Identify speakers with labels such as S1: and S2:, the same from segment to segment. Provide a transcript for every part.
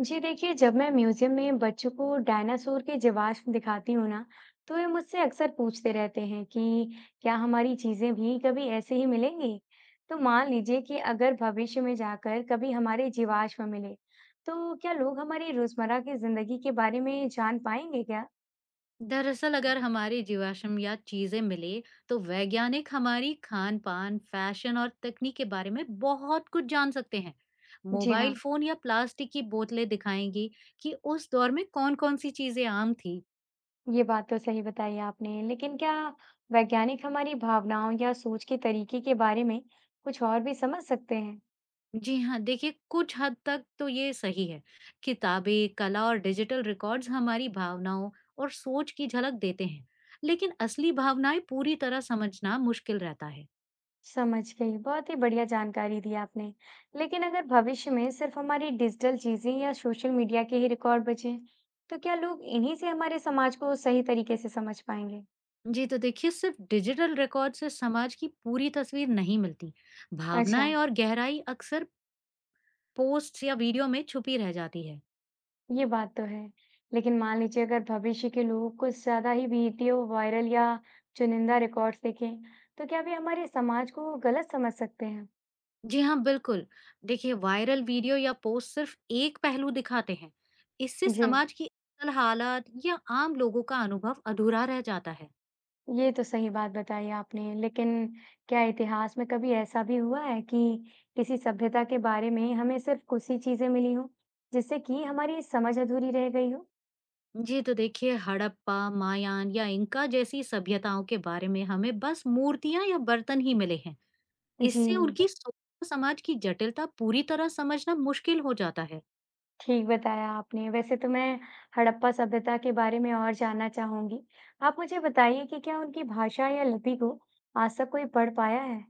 S1: जी देखिए, जब मैं म्यूजियम में बच्चों को डायनासोर के जीवाश्म दिखाती हूँ ना, तो वे मुझसे अक्सर पूछते रहते हैं कि क्या हमारी चीजें भी कभी ऐसे ही मिलेंगी। तो मान लीजिए कि अगर भविष्य में जाकर कभी हमारे जीवाश्म मिले, तो क्या लोग हमारी रोजमर्रा की जिंदगी के बारे में जान पाएंगे क्या?
S2: दरअसल अगर हमारी जीवाश्म या चीजें मिले तो वैज्ञानिक हमारी खान पान फैशन और तकनीक के बारे में बहुत कुछ जान सकते हैं।
S1: जी हाँ।
S2: मोबाइल फोन या प्लास्टिक की बोतलें दिखाएंगी कि उस दौर में कौन कौन सी चीजें आम थी।
S1: ये बात तो सही बताई आपने, लेकिन क्या वैज्ञानिक हमारी भावनाओं या सोच के तरीके के बारे में कुछ और भी समझ सकते हैं?
S2: जी हाँ, देखिए कुछ हद तक तो ये सही है। किताबें कला और डिजिटल रिकॉर्ड्स हमारी भावनाओं और सोच की झलक देते हैं, लेकिन असली भावनाएं पूरी तरह समझना मुश्किल रहता है।
S1: समझ गई, बहुत ही बढ़िया जानकारी दी आपने। लेकिन अगर भविष्य में सिर्फ हमारी डिजिटल चीजें या सोशल मीडिया के ही रिकॉर्ड बचे, तो क्या लोग इन्हीं से हमारे समाज को सही तरीके से समझ पाएंगे?
S2: जी, तो देखिए सिर्फ डिजिटल रिकॉर्ड से समाज की पूरी तस्वीर नहीं मिलती।
S1: अच्छा।
S2: भावनाएँ और गहराई अक्सर पोस्ट्स या वीडियो में छुपी रह जाती है।
S1: ये बात तो है, लेकिन मान लीजिए अगर भविष्य के लोग कुछ ज्यादा ही वीडियो वायरल या चुनिंदा रिकॉर्ड्स देखें, तो क्या वे हमारे समाज को गलत समझ सकते हैं?
S2: जी हाँ, बिल्कुल। देखिए वायरल वीडियो या पोस्ट सिर्फ एक पहलू दिखाते हैं। इससे
S1: जी।
S2: समाज की असल हालात या आम लोगों का अनुभव अधूरा रह जाता है।
S1: ये तो सही बात बताई आपने। लेकिन क्या इतिहास में कभी ऐसा भी हुआ है कि किसी सभ्यता के बारे में हमें सिर्फ़ कुछ ही चीज़ें मिली हों, जिससे कि हमारी समझ अधूरी रह गई हो?
S2: जी, तो देखिए हड़प्पा, मायान या इंका जैसी सभ्यताओं के बारे में हमें बस मूर्तियाँ या बर्तन ही मिले हैं। इससे
S1: जी,
S2: उनकी सोच और समाज की जटिलता पूरी तरह समझना मुश्किल हो जाता है।
S1: ठीक बताया आपने। वैसे तो मैं हड़प्पा सभ्यता के बारे में और जानना चाहूँगी। आप मुझे बताइए कि क्या उनकी भाषा या लिपि को आज तक कोई पढ़ पाया है?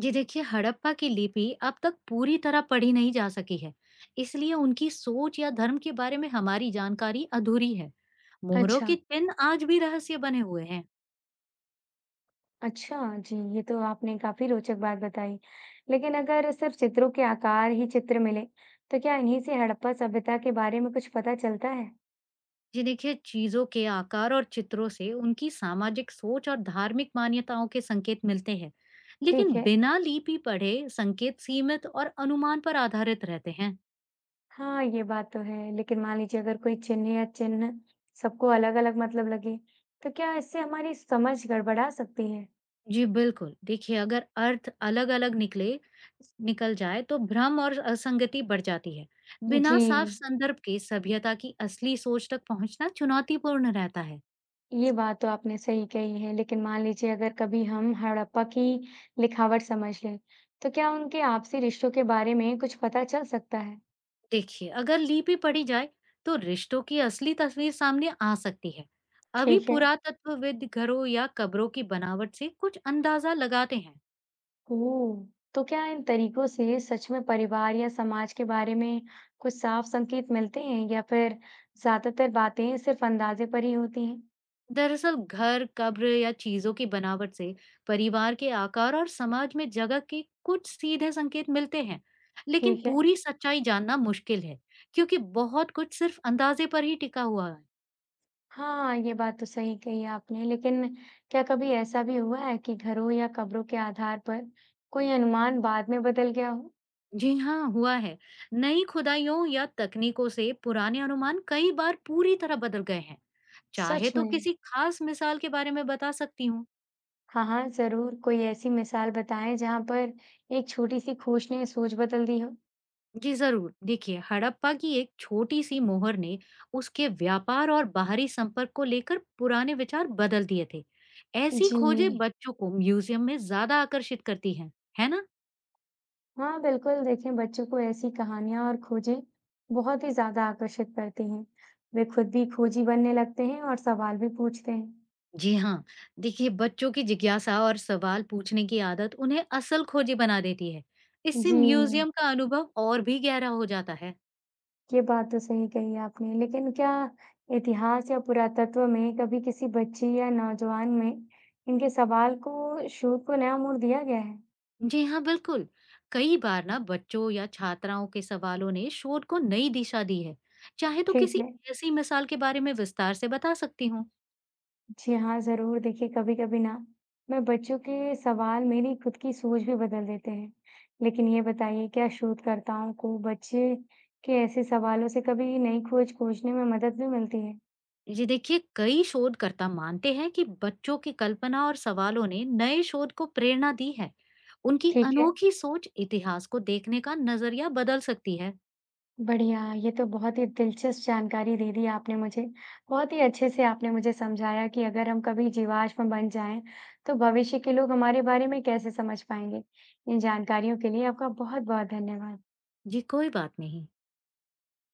S2: जी देखिए हड़प्पा की लिपि अब तक पूरी तरह पढ़ी नहीं जा सकी है, इसलिए उनकी सोच या धर्म के बारे में हमारी जानकारी अधूरी है। मोहरों
S1: अच्छा।
S2: के चिन्ह आज भी रहस्य बने हुए हैं।
S1: अच्छा, जी, ये तो आपने काफ़ी रोचक बात बताई। लेकिन अगर सिर्फ चित्रों के आकार ही चित्र मिले, तो क्या इन्हीं से हड़प्पा सभ्यता के बारे में कुछ पता चलता है?
S2: जी देखिए चीजों के आकार और चित्रों से उनकी सामाजिक सोच और धार्मिक मान्यताओं के संकेत मिलते हैं, लेकिन
S1: ठीक है।
S2: बिना लिपि पढ़े संकेत सीमित और अनुमान पर आधारित रहते हैं।
S1: हाँ, ये बात तो है। लेकिन मान लीजिए अगर कोई चिन्ह या चिन्ह सबको अलग-अलग मतलब लगे, तो क्या इससे हमारी समझ गड़बड़ा सकती है?
S2: जी, बिल्कुल। देखिए, अगर अर्थ अलग-अलग निकल जाए तो भ्रम और असंगति बढ़ जाती है। बिना
S1: जी।
S2: साफ संदर्भ के सभ्यता की असली सोच तक पहुँचना चुनौतीपूर्ण रहता है।
S1: ये बात तो आपने सही कही है। लेकिन मान लीजिए अगर कभी हम हड़प्पा की लिखावट समझ लें, तो क्या उनके आपसी रिश्तों के बारे में कुछ पता चल सकता है?
S2: देखिए, अगर लिपि पढ़ी जाए तो रिश्तों की असली तस्वीर सामने आ सकती है। अभी
S1: ठीक है।
S2: पुरातत्वविद घरों या कब्रों की बनावट से कुछ अंदाजा लगाते हैं।
S1: ओह! तो क्या इन तरीकों से सच में परिवार या समाज के बारे में कुछ साफ संकेत मिलते हैं या फिर ज्यादातर बातें सिर्फ अंदाजे पर ही होती हैं?
S2: दरअसल घर कब्र या चीजों की बनावट से परिवार के आकार और समाज में जगह के कुछ सीधे संकेत मिलते हैं, लेकिन
S1: ठीक है।
S2: पूरी सच्चाई जानना मुश्किल है क्योंकि बहुत कुछ सिर्फ अंदाजे पर ही टिका हुआ है।
S1: हाँ, ये बात तो सही कही आपने, लेकिन क्या कभी ऐसा भी हुआ है कि घरों या कब्रों के आधार पर कोई अनुमान बाद में बदल गया हो?
S2: जी हाँ, हुआ है। नई खुदाइयों या तकनीकों से पुराने अनुमान कई बार पूरी तरह बदल गए हैं। चाहे
S1: सच
S2: तो
S1: में?
S2: किसी खास मिसाल के बारे में बता सकती हूँ।
S1: हाँ, हाँ, ज़रूर। कोई ऐसी मिसाल बताएँ जहाँ पर एक छोटी-सी खोज ने सोच बदल दी हो?
S2: जी जरूर, देखिए हड़प्पा की एक छोटी सी मोहर ने उसके व्यापार और बाहरी संपर्क को लेकर पुराने विचार बदल दिए थे। ऐसी
S1: जी।
S2: खोजें बच्चों को म्यूजियम में ज्यादा आकर्षित करती हैं, है ना।
S1: हाँ बिल्कुल, देखें बच्चों को ऐसी कहानियां और खोजें बहुत ही ज्यादा आकर्षित करती हैं। वे खुद भी खोजी बनने लगते हैं और सवाल भी पूछते हैं।
S2: जी हाँ, देखिए बच्चों की जिज्ञासा और सवाल पूछने की आदत उन्हें असल खोजी बना देती है। इससे
S1: जी।
S2: म्यूजियम का अनुभव और भी गहरा हो जाता है।
S1: ये बात तो सही कही आपने, लेकिन क्या इतिहास या पुरातत्व में कभी किसी बच्ची या नौजवान में इनके सवाल को शोध को नया मोड़ दिया गया है?
S2: जी हाँ, बिल्कुल। कई बार ना बच्चों या छात्राओं के सवालों ने शोध को नई दिशा दी है। चाहे तो
S1: ठीक
S2: किसी
S1: है।
S2: ऐसी मिसाल के बारे में विस्तार से बता सकती हूँ।
S1: जी हाँ, ज़रूर। देखिए, कभी-कभी ना मैं बच्चों के सवाल मेरी खुद की सोच भी बदल देते हैं। लेकिन ये बताइए, क्या शोधकर्ताओं को बच्चे के ऐसे सवालों से कभी नई खोज खोजने में मदद भी मिलती है?
S2: जी देखिए, कई शोधकर्ता मानते हैं कि बच्चों की कल्पना और सवालों ने नए शोध को प्रेरणा दी है। उनकी
S1: ठीक है,
S2: अनोखी सोच इतिहास को देखने का नजरिया बदल सकती है।
S1: बढ़िया। ये तो बहुत ही दिलचस्प जानकारी दे दी आपने मुझे। बहुत ही अच्छे से आपने मुझे समझाया कि अगर हम कभी जीवाश्म बन जाएँ, तो भविष्य के लोग हमारे बारे में कैसे समझ पाएँगे। इन जानकारियों के लिए आपका बहुत-बहुत धन्यवाद।
S2: जी कोई बात नहीं।